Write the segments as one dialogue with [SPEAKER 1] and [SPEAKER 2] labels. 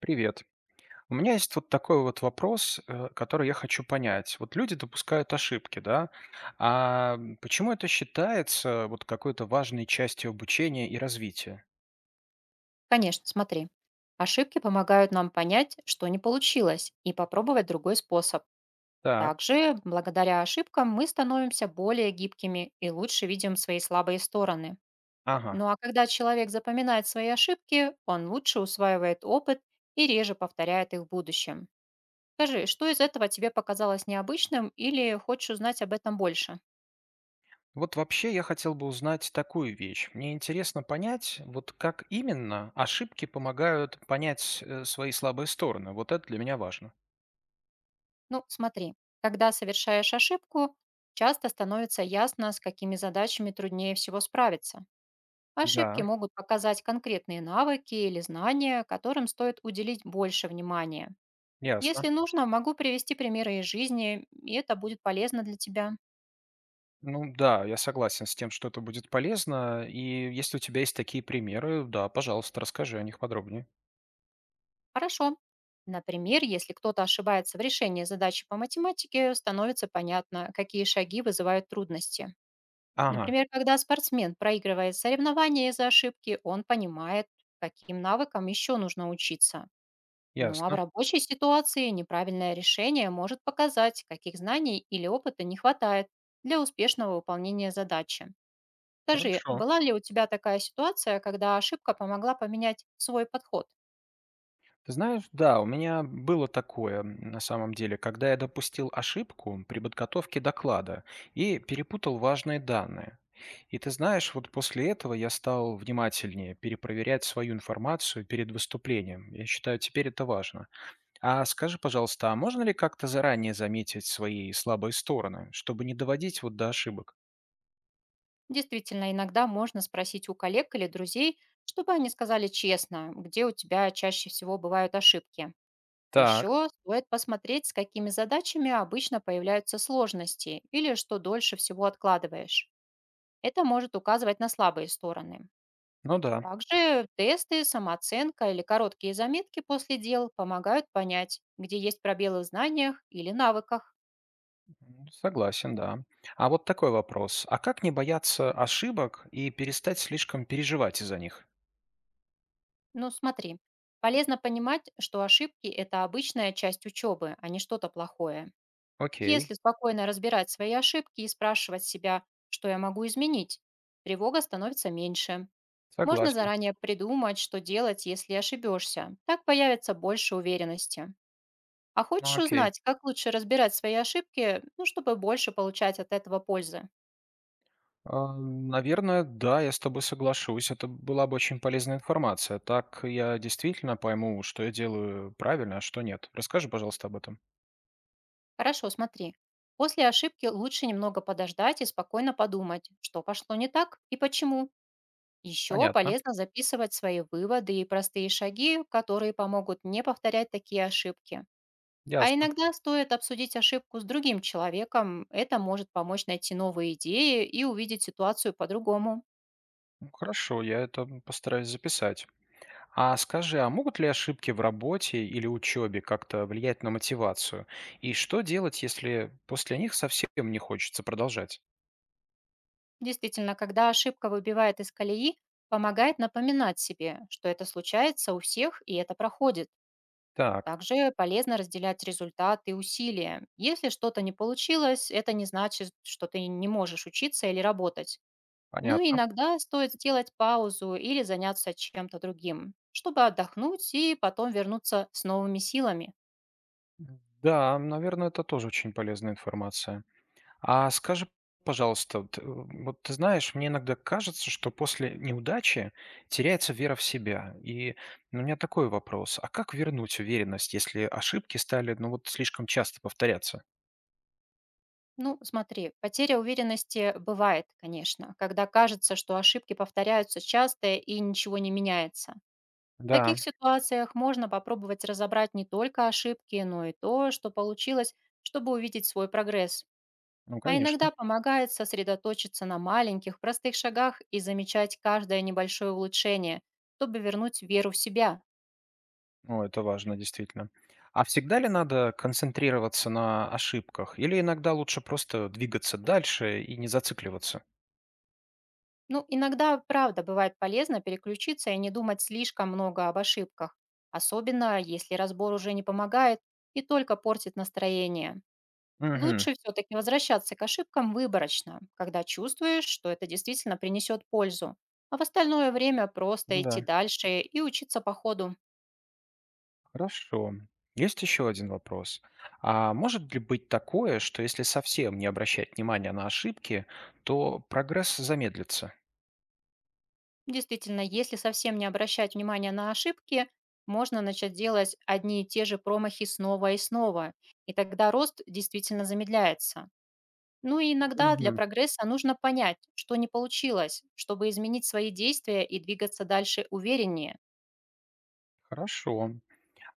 [SPEAKER 1] Привет. У меня есть вот такой вот вопрос, который я хочу понять. Вот люди допускают ошибки, да? А почему это считается вот какой-то важной частью обучения и развития?
[SPEAKER 2] Конечно, смотри. Ошибки помогают нам понять, что не получилось, и попробовать другой способ.
[SPEAKER 1] Так,
[SPEAKER 2] Также, благодаря ошибкам, мы становимся более гибкими и лучше видим свои слабые стороны.
[SPEAKER 1] ага.
[SPEAKER 2] Ну а когда человек запоминает свои ошибки, он лучше усваивает опыт и реже повторяет их в будущем. Скажи, что из этого тебе показалось необычным или хочешь узнать об этом больше?
[SPEAKER 1] Вот вообще я хотел бы узнать такую вещь. Мне интересно понять, вот как именно ошибки помогают понять свои слабые стороны. Вот это для меня важно.
[SPEAKER 2] Ну, смотри, когда совершаешь ошибку, часто становится ясно, с какими задачами труднее всего справиться. Ошибки
[SPEAKER 1] Да,
[SPEAKER 2] могут показать конкретные навыки или знания, которым стоит уделить больше внимания. Если
[SPEAKER 1] ясно.
[SPEAKER 2] нужно, могу привести примеры из жизни, и это будет полезно для тебя.
[SPEAKER 1] Ну да, я согласен с тем, что это будет полезно. И если у тебя есть такие примеры, да, пожалуйста, расскажи о них подробнее.
[SPEAKER 2] Хорошо. Например, если кто-то ошибается в решении задачи по математике, становится понятно, какие шаги вызывают трудности.
[SPEAKER 1] Ага,
[SPEAKER 2] Например, когда спортсмен проигрывает соревнования из-за ошибки, он понимает, каким навыкам еще нужно учиться. Ну а в
[SPEAKER 1] ясно.
[SPEAKER 2] рабочей ситуации неправильное решение может показать, каких знаний или опыта не хватает для успешного выполнения задачи. Скажи,
[SPEAKER 1] Хорошо.
[SPEAKER 2] была ли у тебя такая ситуация, когда ошибка помогла поменять свой подход?
[SPEAKER 1] Ты знаешь, да, у меня было такое на самом деле, когда я допустил ошибку при подготовке доклада и перепутал важные данные. И ты знаешь, вот после этого я стал внимательнее перепроверять свою информацию перед выступлением. Я считаю, теперь это важно. А скажи, пожалуйста, а можно ли как-то заранее заметить свои слабые стороны, чтобы не доводить вот до ошибок?
[SPEAKER 2] Действительно, иногда можно спросить у коллег или друзей, чтобы они сказали честно, где у тебя чаще всего бывают ошибки.
[SPEAKER 1] Так,
[SPEAKER 2] Еще стоит посмотреть, с какими задачами обычно появляются сложности или что дольше всего откладываешь. Это может указывать на слабые стороны.
[SPEAKER 1] ну да,
[SPEAKER 2] Также тесты, самооценка или короткие заметки после дел помогают понять, где есть пробелы в знаниях или навыках.
[SPEAKER 1] согласен, да. А вот такой вопрос. А как не бояться ошибок и перестать слишком переживать из-за них?
[SPEAKER 2] Ну, смотри, полезно понимать, что ошибки — это обычная часть учебы, а не что-то плохое.
[SPEAKER 1] Окей,
[SPEAKER 2] Если спокойно разбирать свои ошибки и спрашивать себя, что я могу изменить, тревога становится меньше. Можно
[SPEAKER 1] согласен.
[SPEAKER 2] заранее придумать, что делать, если ошибешься. Так появится больше уверенности. А
[SPEAKER 1] Ну,
[SPEAKER 2] хочешь
[SPEAKER 1] окей.
[SPEAKER 2] узнать, как лучше разбирать свои ошибки, ну, чтобы больше получать от этого пользы?
[SPEAKER 1] А, наверное, да, я с тобой соглашусь. Это была бы очень полезная информация. Так я действительно пойму, что я делаю правильно, а что нет. Расскажи, пожалуйста, об этом.
[SPEAKER 2] Хорошо, смотри. После ошибки лучше немного подождать и спокойно подумать, что пошло не так и почему. Еще
[SPEAKER 1] Понятно.
[SPEAKER 2] полезно записывать свои выводы и простые шаги, которые помогут не повторять такие ошибки. А
[SPEAKER 1] Ясно.
[SPEAKER 2] иногда стоит обсудить ошибку с другим человеком, это может помочь найти новые идеи и увидеть ситуацию по-другому.
[SPEAKER 1] Ну, хорошо, я это постараюсь записать. А скажи, а могут ли ошибки в работе или учебе как-то влиять на мотивацию? И что делать, если после них совсем не хочется продолжать?
[SPEAKER 2] Действительно, когда ошибка выбивает из колеи, помогает напоминать себе, что это случается у всех и это проходит.
[SPEAKER 1] Так,
[SPEAKER 2] Также полезно разделять результаты и усилия. Если что-то не получилось, это не значит, что ты не можешь учиться или работать. Ну и
[SPEAKER 1] понятно.
[SPEAKER 2] иногда стоит сделать паузу или заняться чем-то другим, чтобы отдохнуть и потом вернуться с новыми силами.
[SPEAKER 1] Да, наверное, это тоже очень полезная информация. А скажи, пожалуйста, вот, вот ты знаешь, мне иногда кажется, что после неудачи теряется вера в себя. И ну, у меня такой вопрос. А как вернуть уверенность, если ошибки стали, ну, вот слишком часто повторяться?
[SPEAKER 2] Ну, смотри, потеря уверенности бывает, конечно, когда кажется, что ошибки повторяются часто и ничего не меняется. В
[SPEAKER 1] Да.
[SPEAKER 2] таких ситуациях можно попробовать разобрать не только ошибки, но и то, что получилось, чтобы увидеть свой прогресс.
[SPEAKER 1] Ну,
[SPEAKER 2] А
[SPEAKER 1] конечно.
[SPEAKER 2] иногда помогает сосредоточиться на маленьких, простых шагах и замечать каждое небольшое улучшение, чтобы вернуть веру в себя.
[SPEAKER 1] Ну, это важно, действительно. А всегда ли надо концентрироваться на ошибках? Или иногда лучше просто двигаться дальше и не зацикливаться?
[SPEAKER 2] Ну, иногда, правда, бывает полезно переключиться и не думать слишком много об ошибках, особенно если разбор уже не помогает и только портит настроение.
[SPEAKER 1] Угу.
[SPEAKER 2] Лучше все-таки возвращаться к ошибкам выборочно, когда чувствуешь, что это действительно принесет пользу, а в остальное время просто
[SPEAKER 1] Да,
[SPEAKER 2] идти дальше и учиться по ходу.
[SPEAKER 1] хорошо. Есть еще один вопрос. А может ли быть такое, что если совсем не обращать внимания на ошибки, то прогресс замедлится?
[SPEAKER 2] Действительно, если совсем не обращать внимания на ошибки, можно начать делать одни и те же промахи снова и снова, и тогда рост действительно замедляется. Ну и иногда для
[SPEAKER 1] Угу.
[SPEAKER 2] прогресса нужно понять, что не получилось, чтобы изменить свои действия и двигаться дальше увереннее.
[SPEAKER 1] Хорошо.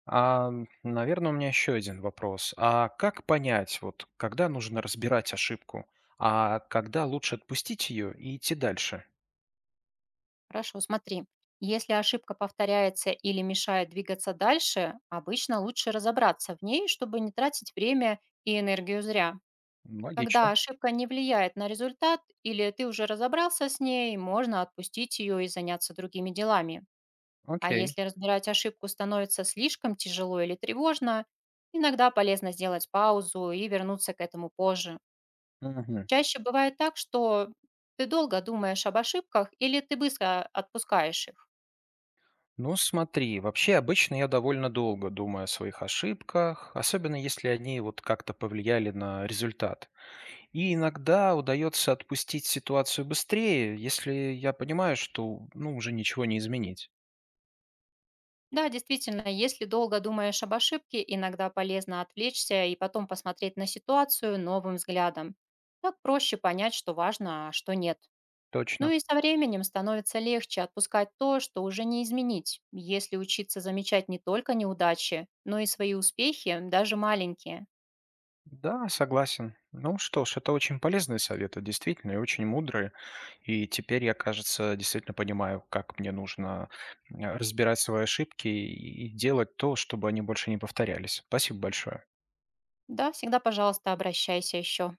[SPEAKER 1] А, наверное, у меня еще один вопрос. А как понять, вот когда нужно разбирать ошибку, а когда лучше отпустить ее и идти дальше?
[SPEAKER 2] Хорошо, смотри. Если ошибка повторяется или мешает двигаться дальше, обычно лучше разобраться в ней, чтобы не тратить время и энергию зря.
[SPEAKER 1] М,
[SPEAKER 2] Когда
[SPEAKER 1] логично.
[SPEAKER 2] ошибка не влияет на результат или ты уже разобрался с ней, можно отпустить ее и заняться другими делами. А
[SPEAKER 1] Окей.
[SPEAKER 2] если разбирать ошибку становится слишком тяжело или тревожно, иногда полезно сделать паузу и вернуться к этому позже.
[SPEAKER 1] Мгм.
[SPEAKER 2] Чаще бывает так, что ты долго думаешь об ошибках или ты быстро отпускаешь их.
[SPEAKER 1] Ну, смотри, вообще обычно я довольно долго думаю о своих ошибках, особенно если они вот как-то повлияли на результат. И иногда удается отпустить ситуацию быстрее, если я понимаю, что ну, уже ничего не изменить.
[SPEAKER 2] Да, действительно, если долго думаешь об ошибке, иногда полезно отвлечься и потом посмотреть на ситуацию новым взглядом. Так проще понять, что важно, а что нет. Ну
[SPEAKER 1] Точно.
[SPEAKER 2] и со временем становится легче отпускать то, что уже не изменить, если учиться замечать не только неудачи, но и свои успехи, даже маленькие.
[SPEAKER 1] Да, согласен. Ну что ж, это очень полезные советы, действительно, и очень мудрые. И теперь я, кажется, действительно понимаю, как мне нужно разбирать свои ошибки и делать то, чтобы они больше не повторялись. Спасибо большое.
[SPEAKER 2] Да, всегда, пожалуйста, обращайся еще.